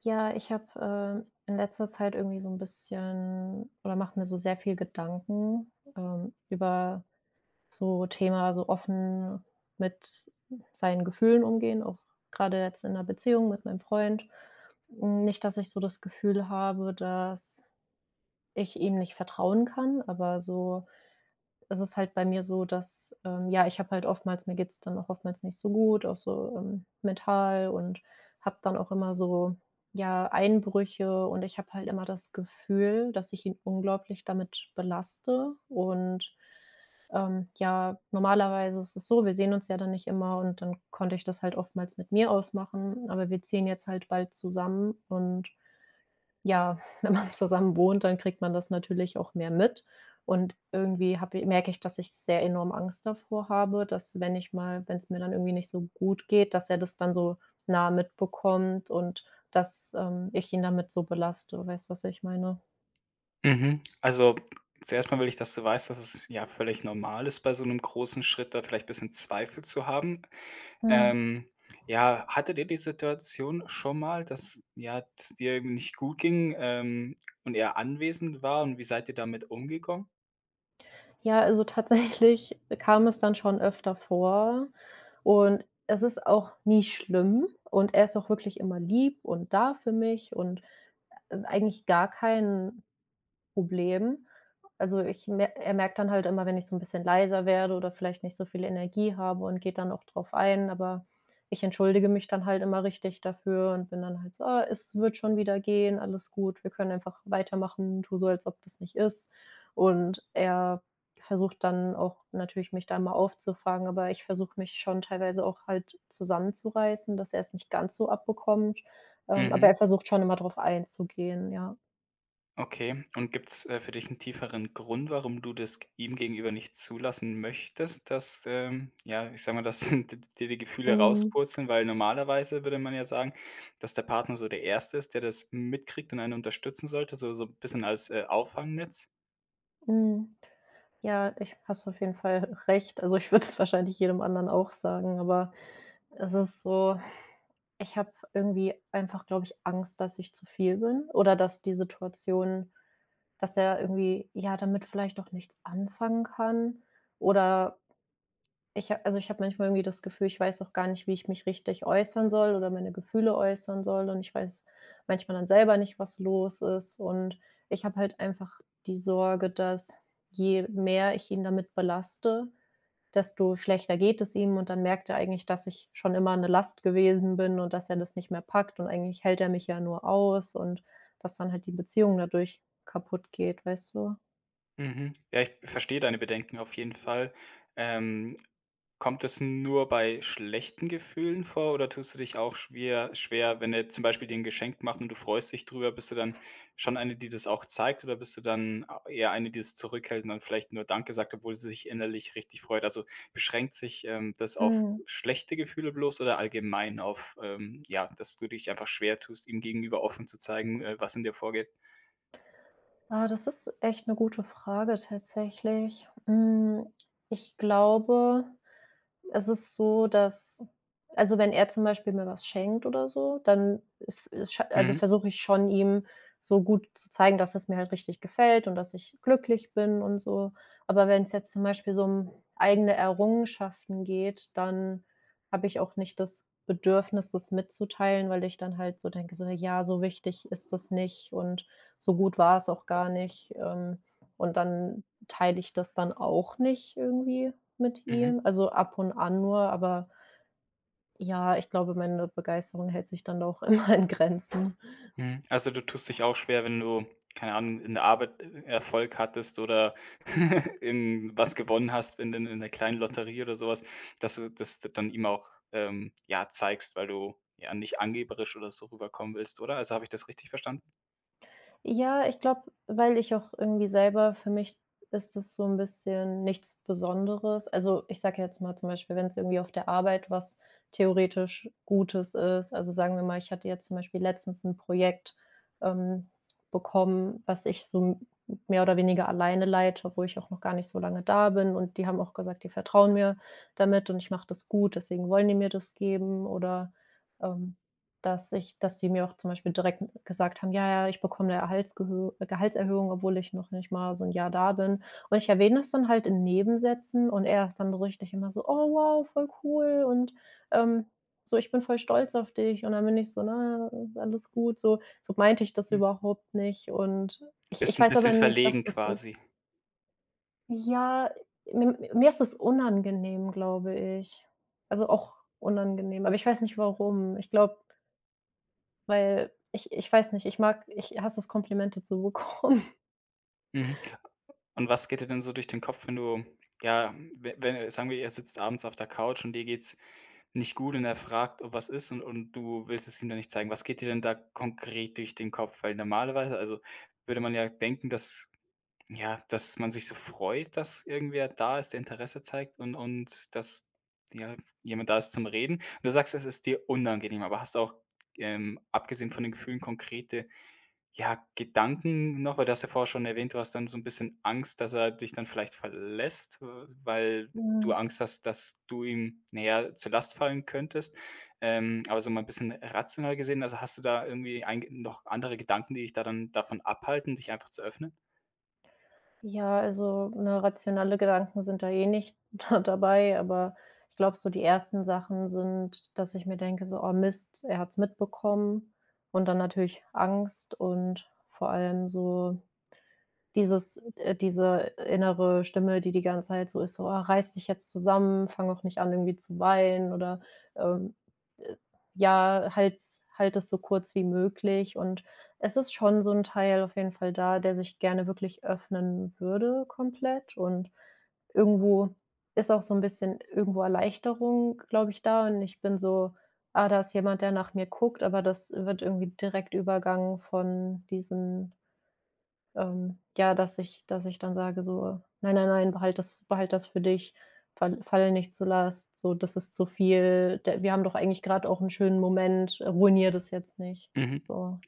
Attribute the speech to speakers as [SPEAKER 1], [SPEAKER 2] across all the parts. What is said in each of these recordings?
[SPEAKER 1] Ja, ich habe, in letzter Zeit irgendwie so ein bisschen oder mache mir so sehr viel Gedanken, über so Thema so offen mit seinen Gefühlen umgehen, auch gerade jetzt in 'ner Beziehung mit meinem Freund. Hm, nicht, dass ich so das Gefühl habe, dass ich ihm nicht vertrauen kann, aber so es ist halt bei mir so, dass, ja, ich habe halt oftmals mir geht's dann auch oftmals nicht so gut, auch so, mental und habe dann auch immer so, ja, Einbrüche und ich habe halt immer das Gefühl, dass ich ihn unglaublich damit belaste und, ja, normalerweise ist es so, wir sehen uns ja dann nicht immer und dann konnte ich das halt oftmals mit mir ausmachen, aber wir ziehen jetzt halt bald zusammen und ja, wenn man zusammen wohnt, dann kriegt man das natürlich auch mehr mit. Und irgendwie habe i merke ich, dass ich sehr enorm Angst davor habe, dass wenn ich mal wenn es mir dann irgendwie nicht so gut geht, dass er das dann so nah mitbekommt und dass, ich ihn damit so belaste. Weißt du, was ich meine?
[SPEAKER 2] Mhm. Also, zuerst mal will ich, dass du weißt, dass es ja völlig normal ist, bei so einem großen Schritt da vielleicht ein bisschen Zweifel zu haben.
[SPEAKER 1] Mhm.
[SPEAKER 2] Ähm, ja, hattet ihr die Situation schon mal, dass ja, dass dir irgendwie nicht gut ging, und er anwesend war und wie seid ihr damit umgegangen?
[SPEAKER 1] Ja, also tatsächlich kam es dann schon öfter vor und es ist auch nie schlimm und er ist auch wirklich immer lieb und da für mich und, eigentlich gar kein Problem. Also, ich mer er merkt dann halt immer, wenn ich so 'n bisschen leiser werde oder vielleicht nicht so viel Energie habe und geht dann auch drauf ein, aber ich entschuldige mich dann halt immer richtig dafür und bin dann halt so: „Ah, es wird schon wieder gehen, alles gut, wir können einfach weitermachen, tu so, als ob das nicht ist.“ Und er versucht dann auch natürlich, mich da immer aufzufangen, aber ich versuche mich schon teilweise auch halt zusammenzureißen, dass er's nicht ganz so abbekommt. Aber
[SPEAKER 2] Mhm.
[SPEAKER 1] er versucht schon immer drauf einzugehen, ja.
[SPEAKER 2] Okay. Und gibt's, für dich einen tieferen Grund, warum du das g ihm gegenüber nicht zulassen möchtest, dass, ja, ich sage mal, dass dir die Gefühle
[SPEAKER 1] Mhm,
[SPEAKER 2] rauspurzeln? Weil normalerweise würde man ja sagen, dass der Partner so der Erste ist, der das mitkriegt und einen unterstützen sollte, so 'n bisschen als, Auffangnetz.
[SPEAKER 1] mhm. Ja, ich hast du auf jeden Fall recht. Also, ich würde es wahrscheinlich jedem anderen auch sagen, aber es ist so, ich habe irgendwie einfach, glaube ich, Angst, dass ich zu viel bin oder dass die Situation dass er irgendwie, ja, damit vielleicht auch nichts anfangen kann oder ich ha also, ich habe manchmal irgendwie das Gefühl, ich weiß auch gar nicht, wie ich mich richtig äußern soll oder meine Gefühle äußern soll und ich weiß manchmal dann selber nicht, was los ist und ich habe halt einfach die Sorge, dass je mehr ich ihn damit belaste, desto schlechter geht es ihm und dann merkt er eigentlich, dass ich schon immer eine Last gewesen bin und dass er das nicht mehr packt und eigentlich hält er mich ja nur aus und dass dann halt die Beziehung dadurch kaputt geht, weißt du?
[SPEAKER 2] Mhm. Ja, ich verstehe deine Bedenken auf jeden Fall. Ähm, kommt es nur bei schlechten Gefühlen vor oder tust du dich auch schwer, wenn er zum Beispiel dir ein Geschenk macht und du freust dich drüber, bist du dann schon eine, die das auch zeigt oder bist du dann eher eine, die es zurückhält und dann vielleicht nur „Danke“ sagt, obwohl sie sich innerlich richtig freut? Also, beschränkt sich, das auf
[SPEAKER 1] Mhm.
[SPEAKER 2] schlechte Gefühle bloß oder allgemein auf, ja, dass du dich einfach schwer tust, ihm gegenüber offen zu zeigen, was in dir vorgeht?
[SPEAKER 1] Ah, das ist echt eine gute Frage tatsächlich. Hm, ich glaube es ist so, dass also, wenn er zum Beispiel mir was schenkt oder so, dann f scha also,
[SPEAKER 2] Mhm,
[SPEAKER 1] versuche ich schon, ihm so gut zu zeigen, dass es mir halt richtig gefällt und dass ich glücklich bin und so. Aber wenn es jetzt zum Beispiel so um eigene Errungenschaften geht, dann habe ich auch nicht das Bedürfnis, das mitzuteilen, weil ich dann halt so denke, so: „Ja, so wichtig ist das nicht und so gut war es auch gar nicht.“ Und dann teile ich das dann auch nicht irgendwie mit
[SPEAKER 2] mhm.
[SPEAKER 1] ihm, also ab und an nur, aber ja, ich glaube, meine Begeisterung hält sich dann doch immer in Grenzen.
[SPEAKER 2] Mhm. Also, du tust dich auch schwer, wenn du, keine Ahnung, in der Arbeit, Erfolg hattest oder in was gewonnen hast wenn in in der kleinen Lotterie oder sowas, dass du das dann ihm auch, ja, zeigst, weil du ja nicht angeberisch oder so rüberkommen willst, oder? Also, habe ich das richtig verstanden?
[SPEAKER 1] Ja, ich glaube, weil ich auch irgendwie selber für mich ist das so ein bisschen nichts Besonderes. Also, ich sage jetzt mal zum Beispiel, wenn es irgendwie auf der Arbeit was theoretisch Gutes ist also, sagen wir mal, ich hatte jetzt zum Beispiel letztens ein Projekt, ähm, bekommen, was ich so m mehr oder weniger alleine leite, obwohl ich auch noch gar nicht so lange da bin und die haben auch gesagt, die vertrauen mir damit und ich mache das gut, deswegen wollen die mir das geben oder, ähm dass ich dass die mir auch zum Beispiel direkt gesagt haben: „Ja, ja, ich bekomme eine Erhaltsgehö Gehaltserhöhung, obwohl ich noch nicht mal so ein Jahr da bin.“ Und ich erwähne das dann halt in Nebensätzen und er ist dann richtig immer so: „Oh wow, voll cool und, ähm, so, ich bin voll stolz auf dich.“ Und dann bin ich so: „Na, alles gut.“ So so meinte ich das
[SPEAKER 2] Mhm.
[SPEAKER 1] überhaupt nicht und ich
[SPEAKER 2] Bist
[SPEAKER 1] ich
[SPEAKER 2] ein
[SPEAKER 1] weiß
[SPEAKER 2] bisschen
[SPEAKER 1] aber nicht,
[SPEAKER 2] verlegen
[SPEAKER 1] was das ist.
[SPEAKER 2] quasi.
[SPEAKER 1] Ja, mir ist das unangenehm, glaube ich. Also, auch unangenehm, aber ich weiß nicht warum. Ich glaube weil ich weiß nicht, ich hasse es, Komplimente zu bekommen.
[SPEAKER 2] Mhm. Und was geht dir denn so durch den Kopf, wenn du ja, we wenn sagen wir, ihr sitzt abends auf der Couch und dir geht's nicht gut und er fragt, ob was ist und du willst es ihm dann nicht zeigen. Was geht dir denn da konkret durch den Kopf? Weil normalerweise also, würde man ja denken, dass ja, dass man sich so freut, dass irgendwer da ist, der Interesse zeigt und dass, ja, jemand da ist zum Reden. Und du sagst, es ist dir unangenehm, aber hast auch, abgesehen von den Gefühlen konkrete ja, Gedanken noch, weil du hast ja vorher schon erwähnt, du hast dann so ein bisschen Angst, dass er dich dann vielleicht verlässt, w weil du
[SPEAKER 1] Hm,
[SPEAKER 2] Angst hast, dass du ihm, na ja, zur Last fallen könntest. Aber so mal ein bisschen rational gesehen, also, hast du da irgendwie ein noch andere Gedanken, die dich da dann davon abhalten, dich einfach zu öffnen?
[SPEAKER 1] ja, also, ne, rationale Gedanken sind da eh nicht da dabei, aber ich glaube, so die ersten Sachen sind, dass ich mir denke so: „Oh Mist, er hat es mitbekommen.“ Und dann natürlich Angst und vor allem so dieses diese innere Stimme, die die ganze Zeit so ist, so: „Ah, reiß dich jetzt zusammen, fang auch nicht an, irgendwie zu weinen“ oder, ähm, äh, ja, halt es so kurz wie möglich. Und es ist schon so 'n Teil auf jeden Fall da, der sich gerne wirklich öffnen würde komplett. Und irgendwo ist auch so 'n bisschen irgendwo Erleichterung, glaube ich, da. Und ich bin so: „Ah, da ist jemand, der nach mir guckt“, aber das wird irgendwie direkt Übergang von diesen ja, dass ich dann sage so: „Nein, nein, nein, behalt das für dich, falle nicht zur Last, so, das ist zu viel. D Wir haben doch eigentlich gerade auch einen schönen Moment, ruinier das jetzt nicht.“
[SPEAKER 2] Mhm.
[SPEAKER 1] So.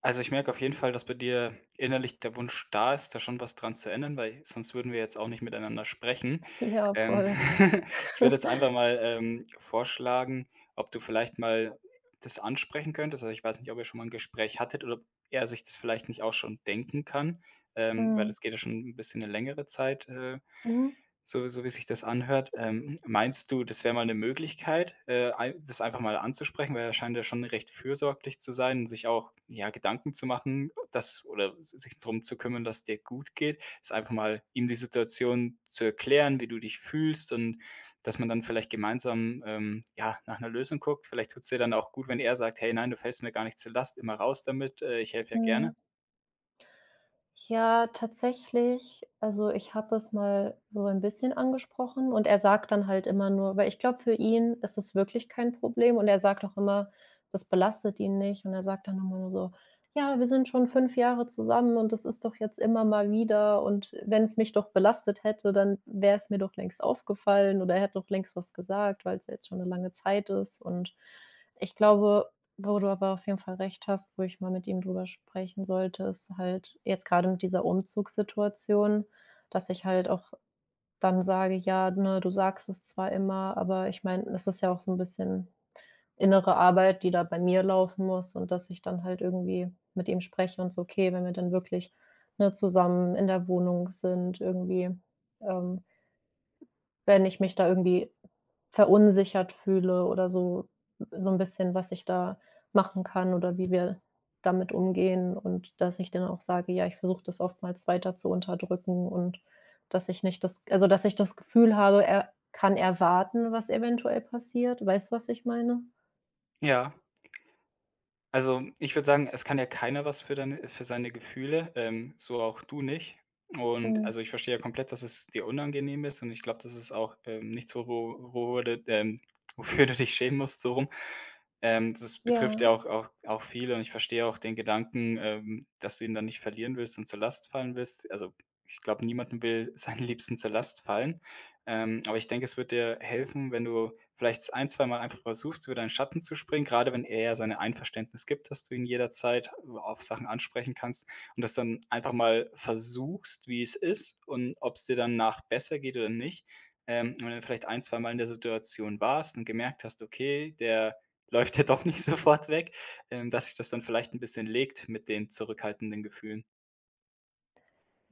[SPEAKER 2] Also, ich merke auf jeden Fall, dass bei dir innerlich der Wunsch da ist, da schon was dran zu ändern, weil sonst würden wir jetzt auch nicht miteinander sprechen.
[SPEAKER 1] Ja,
[SPEAKER 2] Ähm,
[SPEAKER 1] voll.
[SPEAKER 2] ich würde jetzt einfach mal, vorschlagen, ob du vielleicht mal das ansprechen könntest. Also, ich weiß nicht, ob ihr schon mal ein Gespräch hattet oder ob er sich das vielleicht nicht auch schon denken kann, weil
[SPEAKER 1] Mhm.
[SPEAKER 2] das geht ja schon ein bisschen eine längere Zeit,
[SPEAKER 1] Mhm.
[SPEAKER 2] so so wie sich das anhört, meinst du, das wäre mal eine Möglichkeit, ein das einfach mal anzusprechen? Weil er scheint ja schon recht fürsorglich zu sein und sich auch, ja, Gedanken zu machen, dass oder sich drum zu kümmern, dass dir gut geht. Ist einfach mal ihm die Situation zu erklären, wie du dich fühlst und dass man dann vielleicht gemeinsam, ja, nach einer Lösung guckt. Vielleicht tut es dir dann auch gut, wenn er sagt: „Hey, nein, du fällst mir gar nicht zur Last, immer raus damit, ich helfe ja
[SPEAKER 1] Mhm.
[SPEAKER 2] gerne.“
[SPEAKER 1] Ja, tatsächlich. Also, ich habe es mal so ein bisschen angesprochen und er sagt dann halt immer nur weil ich glaube, für ihn ist es wirklich kein Problem und er sagt auch immer, das belastet ihn nicht und er sagt dann immer nur so: „Ja, wir sind schon 5 Jahre zusammen und das ist doch jetzt immer mal wieder und wenn es mich doch belastet hätte, dann wäre es mir doch längst aufgefallen oder er hätte doch längst was gesagt, weil's ja jetzt schon eine lange Zeit ist.“ Und ich glaube, wo du aber auf jeden Fall recht hast, wo ich mal mit ihm drüber sprechen sollte, ist halt jetzt gerade mit dieser Umzugssituation, dass ich halt auch dann sage: „Ja, ne, du sagst es zwar immer, aber ich meine, es ist ja auch so ein bisschen innere Arbeit, die da bei mir laufen muss“ und dass ich dann halt irgendwie mit ihm spreche und so: „Okay, wenn wir dann wirklich, ne, zusammen in der Wohnung sind, irgendwie, ähm, wenn ich mich da irgendwie verunsichert fühle oder so so ein bisschen, was ich da machen kann oder wie wir damit umgehen und dass ich dann auch sage: „Ja, ich versuche das oftmals weiter zu unterdrücken“ und dass ich nicht das also, dass ich das Gefühl habe, er kann erwarten, was eventuell passiert. Weißt du, was ich meine?
[SPEAKER 2] Ja. Also, ich würde sagen, es kann ja keiner was für deine für seine Gefühle, so auch du nicht. Und,
[SPEAKER 1] Mhm.
[SPEAKER 2] also, ich verstehe ja komplett, dass es dir unangenehm ist und ich glaube, das ist auch, nichts, worüber du, wofür du dich schämen musst, so rum. Das
[SPEAKER 1] Ja,
[SPEAKER 2] betrifft ja auch viele und ich verstehe auch den Gedanken, dass du ihn dann nicht verlieren willst und zur Last fallen willst. Also, ich glaube, niemandem will seinen Liebsten zur Last fallen. Aber ich denke, es wird dir helfen, wenn du vielleicht ein zwei Mal einfach versuchst, über deinen Schatten zu springen, gerade wenn er ja sein Einverständnis gibt, dass du ihn jederzeit auf Sachen ansprechen kannst und das dann einfach mal versuchst, wie es ist und ob es dir danach besser geht oder nicht. Und wenn du vielleicht ein, zwei Mal in der Situation warst und gemerkt hast: „Okay, der läuft er doch nicht sofort weg, dass sich das dann vielleicht ein bisschen legt mit den zurückhaltenden Gefühlen.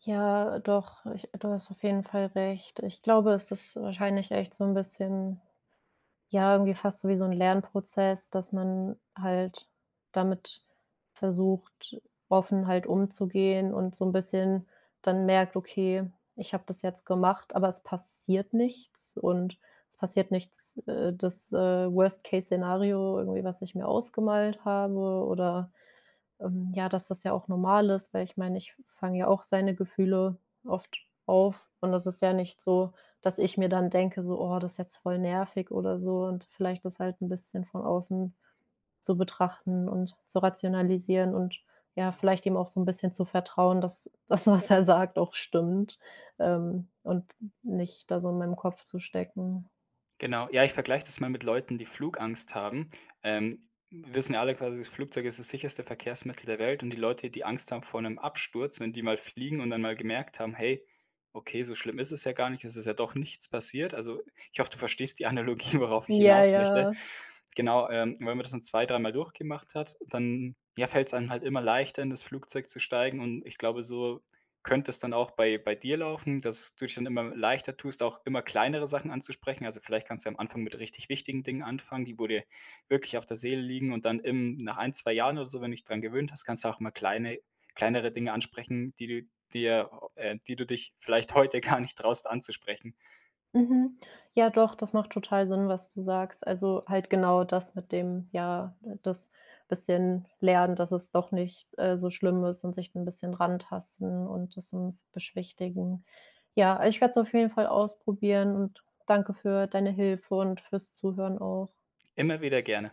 [SPEAKER 1] ja, doch, ich du hast auf jeden Fall recht. Ich glaube, es ist wahrscheinlich echt so ein bisschen ja, irgendwie fast so wie so 'n Lernprozess, dass man halt damit versucht, offen halt umzugehen und so 'n bisschen dann merkt: „Okay, ich habe das jetzt gemacht, aber es passiert nichts und es passiert nichts, das, Worst-Case-Szenario irgendwie, was ich mir ausgemalt habe oder ja, dass das ja auch normal ist, weil ich meine, ich fange ja auch seine Gefühle oft auf und das ist ja nicht so, dass ich mir dann denke, so, oh, das ist jetzt voll nervig oder so und vielleicht das halt ein bisschen von außen zu betrachten und zu rationalisieren und ja, vielleicht ihm auch so ein bisschen zu vertrauen, dass das, was er sagt, auch stimmt, und nicht da so in meinem Kopf zu stecken.
[SPEAKER 2] Genau. Ja, ich vergleiche das mal mit Leuten, die Flugangst haben. Wir wissen ja alle quasi, das Flugzeug ist das sicherste Verkehrsmittel der Welt und die Leute, die Angst haben vor einem Absturz, wenn die mal fliegen und dann mal gemerkt haben: „Hey, okay, so schlimm ist es ja gar nicht, es ist ja doch nichts passiert.“ Also, ich hoffe, du verstehst die Analogie, worauf ich
[SPEAKER 1] Ja,
[SPEAKER 2] hinaus
[SPEAKER 1] ja.
[SPEAKER 2] möchte. Genau, wenn man das dann 2, dreimal durchgemacht hat, dann, ja, fällt es einem halt immer leichter, in das Flugzeug zu steigen und ich glaube, so könnte es dann auch bei dir laufen, dass du dich dann immer leichter tust, auch immer kleinere Sachen anzusprechen. Also, vielleicht kannst du am Anfang mit richtig wichtigen Dingen anfangen, die wo dir wirklich auf der Seele liegen und dann im nach ein, 2 Jahren oder so, wenn du dich dran gewöhnt hast, kannst du auch mal kleinere Dinge ansprechen, die du dir die du dich vielleicht heute gar nicht traust anzusprechen.
[SPEAKER 1] Mhm. Ja, doch, das macht total Sinn, was du sagst. Also, halt genau das mit dem, ja, das bisschen lernen, dass es doch nicht, so schlimm ist und sich ein bisschen rantasten und das m beschwichtigen. Ja, also, ich werde es auf jeden Fall ausprobieren und danke für deine Hilfe und fürs Zuhören auch.
[SPEAKER 2] Immer wieder gerne.